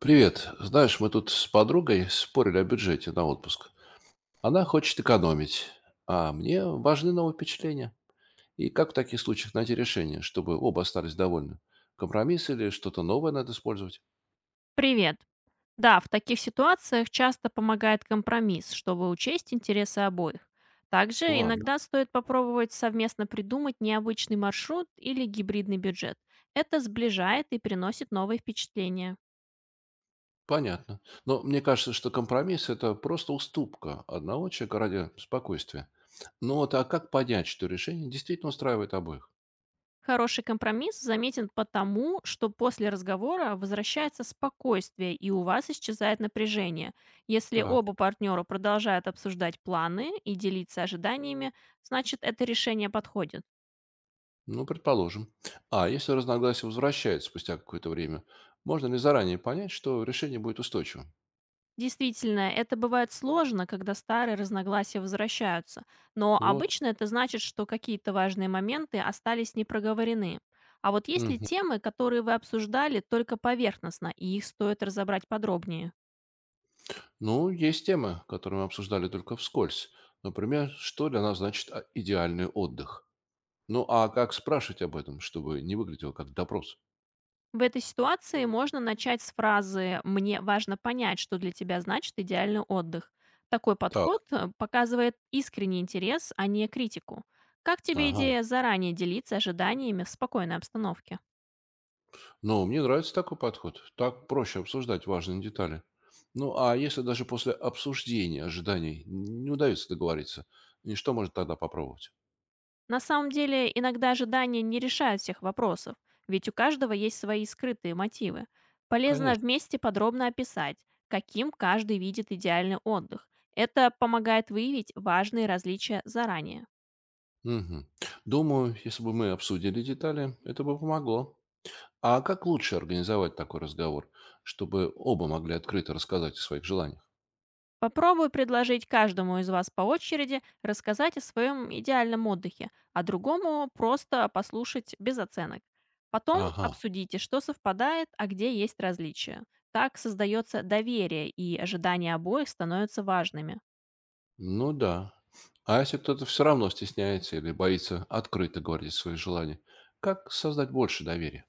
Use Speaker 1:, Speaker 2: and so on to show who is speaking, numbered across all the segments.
Speaker 1: Привет. Знаешь, мы тут с подругой спорили о бюджете на отпуск. Она хочет экономить, а мне важны новые впечатления. И как в таких случаях найти решение, чтобы оба остались довольны? Компромисс или что-то новое надо использовать?
Speaker 2: Привет. Да, в таких ситуациях часто помогает компромисс, чтобы учесть интересы обоих. Также
Speaker 1: Ладно,
Speaker 2: иногда стоит попробовать совместно придумать необычный маршрут или гибридный бюджет. Это сближает и приносит новые впечатления.
Speaker 1: понятно. Но мне кажется, что компромисс– это просто уступка одного человека ради спокойствия. Ну вот, а как понять, что решение действительно устраивает обоих?
Speaker 2: Хороший компромисс заметен потому, что после разговора возвращается спокойствие и у вас исчезает напряжение. Если
Speaker 1: Так.
Speaker 2: оба партнера продолжают обсуждать планы и делиться ожиданиями, значит это решение подходит.
Speaker 1: Ну, предположим. А если разногласие возвращается спустя какое-то время, можно ли заранее понять, что решение будет устойчивым?
Speaker 2: Действительно, это бывает сложно, когда старые разногласия возвращаются, но
Speaker 1: Вот.
Speaker 2: обычно это значит, что какие-то важные моменты остались не проговорены. А вот есть ли
Speaker 1: Мгм.
Speaker 2: темы, которые вы обсуждали только поверхностно, и их стоит разобрать подробнее?
Speaker 1: Ну, есть темы, которые мы обсуждали только вскользь. Например, что для нас значит идеальный отдых? Ну, а как спрашивать об этом, чтобы не выглядело как допрос?
Speaker 2: В этой ситуации можно начать с фразы «мне важно понять, что для тебя значит идеальный отдых». Такой подход
Speaker 1: Так.
Speaker 2: показывает искренний интерес, а не критику. Как тебе
Speaker 1: Ага.
Speaker 2: идея заранее делиться ожиданиями в спокойной обстановке?
Speaker 1: Ну, мне нравится такой подход. Так проще обсуждать важные детали. Ну, а если даже после обсуждения ожиданий не удается договориться, и что можно тогда попробовать?
Speaker 2: На самом деле, иногда ожидания не решают всех вопросов, ведь у каждого есть свои скрытые мотивы. Полезно
Speaker 1: Конечно.
Speaker 2: вместе подробно описать, каким каждый видит идеальный отдых. Это помогает выявить важные различия заранее.
Speaker 1: Мгм. Думаю, если бы мы обсудили детали, это бы помогло. А как лучше организовать такой разговор, чтобы оба могли открыто рассказать о своих желаниях?
Speaker 2: Попробуй предложить каждому из вас по очереди рассказать о своем идеальном отдыхе, а другому просто послушать без оценок. Потом
Speaker 1: Ага.
Speaker 2: обсудите, что совпадает, а где есть различия. Так создается доверие, и ожидания обоих становятся важными.
Speaker 1: Ну да. А если кто-то все равно стесняется или боится открыто говорить свои желания, как создать больше доверия?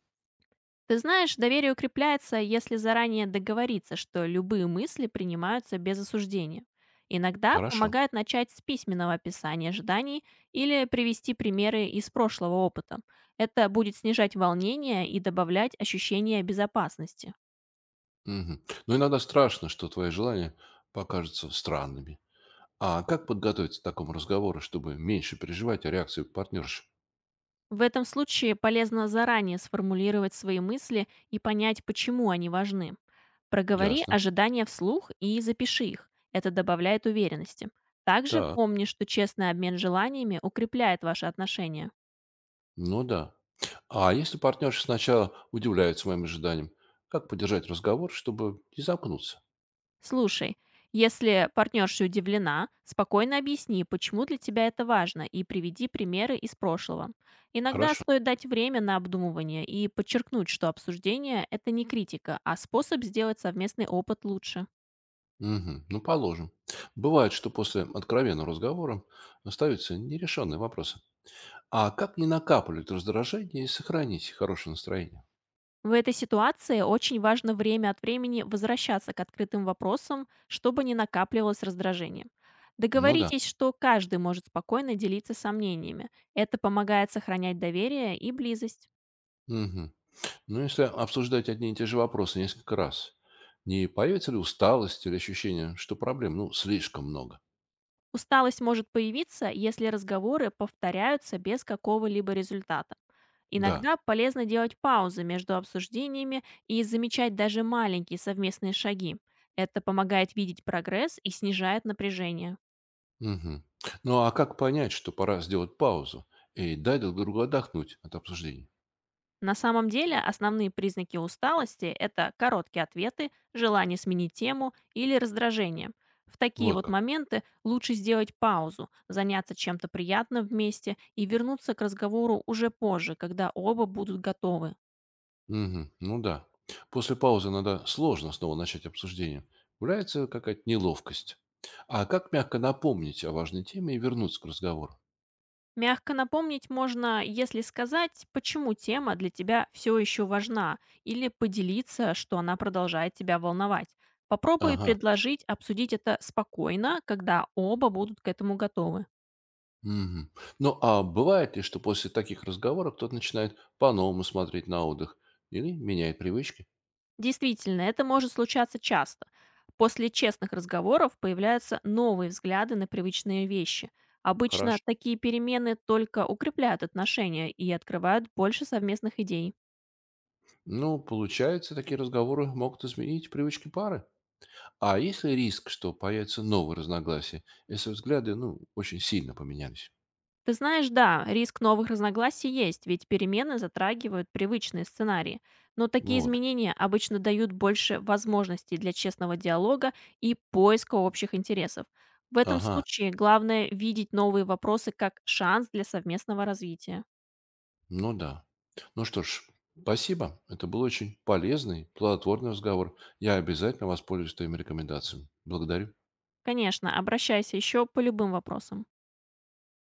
Speaker 2: Ты знаешь, доверие укрепляется, если заранее договориться, что любые мысли принимаются без осуждения. Иногда
Speaker 1: Хорошо.
Speaker 2: помогает начать с письменного описания ожиданий или привести примеры из прошлого опыта. Это будет снижать волнение и добавлять ощущение безопасности.
Speaker 1: Мгм. Но иногда страшно, что твои желания покажутся странными. А как подготовиться к такому разговору, чтобы меньше переживать о реакции партнерши?
Speaker 2: В этом случае полезно заранее сформулировать свои мысли и понять, почему они важны. Проговори
Speaker 1: Ясно.
Speaker 2: ожидания вслух и запиши их. Это добавляет уверенности. Также
Speaker 1: Так.
Speaker 2: помни, что честный обмен желаниями укрепляет ваши отношения.
Speaker 1: Ну да. А если партнерша сначала удивляется моим ожиданиям, как поддержать разговор, чтобы не замкнуться?
Speaker 2: Слушай, если партнерша удивлена, спокойно объясни, почему для тебя это важно, и приведи примеры из прошлого. Иногда
Speaker 1: Хорошо.
Speaker 2: стоит дать время на обдумывание и подчеркнуть, что обсуждение– это не критика, а способ сделать совместный опыт лучше.
Speaker 1: Мгм. Ну, положим. Бывает, что после откровенного разговора остаются нерешенные вопросы. А как не накапливать раздражение и сохранить хорошее настроение?
Speaker 2: В этой ситуации очень важно время от времени возвращаться к открытым вопросам, чтобы не накапливалось раздражение.
Speaker 1: Ну да.
Speaker 2: Договоритесь, что каждый может спокойно делиться сомнениями. Это помогает сохранять доверие и близость.
Speaker 1: Мгм. Ну, если обсуждать одни и те же вопросы несколько раз, не появится ли усталость или ощущение, что проблем, ну, слишком много?
Speaker 2: Усталость может появиться, если разговоры повторяются без какого-либо результата.
Speaker 1: Да.
Speaker 2: Иногда полезно делать паузы между обсуждениями и замечать даже маленькие совместные шаги. Это помогает видеть прогресс и снижает напряжение.
Speaker 1: Мгм. Ну а как понять, что пора сделать паузу и дать друг другу отдохнуть от обсуждений?
Speaker 2: На самом деле основные признаки усталости– это короткие ответы, желание сменить тему или раздражение. В такие
Speaker 1: Вот
Speaker 2: вот
Speaker 1: как.
Speaker 2: моменты лучше сделать паузу, заняться чем-то приятным вместе и вернуться к разговору уже позже, когда оба будут готовы.
Speaker 1: Мгм. Ну да. После паузы надо сложно снова начать обсуждение. Появляется какая-то неловкость. А как мягко напомнить о важной теме и вернуться к разговору?
Speaker 2: Мягко напомнить можно, если сказать, почему тема для тебя все еще важна, или поделиться, что она продолжает тебя волновать. Попробуй
Speaker 1: Ага.
Speaker 2: предложить обсудить это спокойно, когда оба будут к этому готовы.
Speaker 1: Мгм. Ну а бывает ли, что после таких разговоров кто-то начинает по-новому смотреть на отдых или меняет привычки?
Speaker 2: Действительно, это может случаться часто. После честных разговоров появляются новые взгляды на привычные вещи. Обычно
Speaker 1: Хорошо.
Speaker 2: такие перемены только укрепляют отношения и открывают больше совместных идей.
Speaker 1: Ну, получается, такие разговоры могут изменить привычки пары. А есть ли риск, что появятся новые разногласия, если взгляды, ну, очень сильно поменялись?
Speaker 2: Ты знаешь, да, риск новых разногласий есть, ведь перемены затрагивают привычные сценарии. Но такие
Speaker 1: Вот.
Speaker 2: изменения обычно дают больше возможностей для честного диалога и поиска общих интересов. В этом
Speaker 1: Ага.
Speaker 2: случае главное видеть новые вопросы как шанс для совместного развития.
Speaker 1: Ну да. Ну что ж, спасибо. Это был очень полезный, плодотворный разговор. Я обязательно воспользуюсь твоими рекомендациями. Благодарю.
Speaker 2: Конечно, обращайся еще по любым вопросам.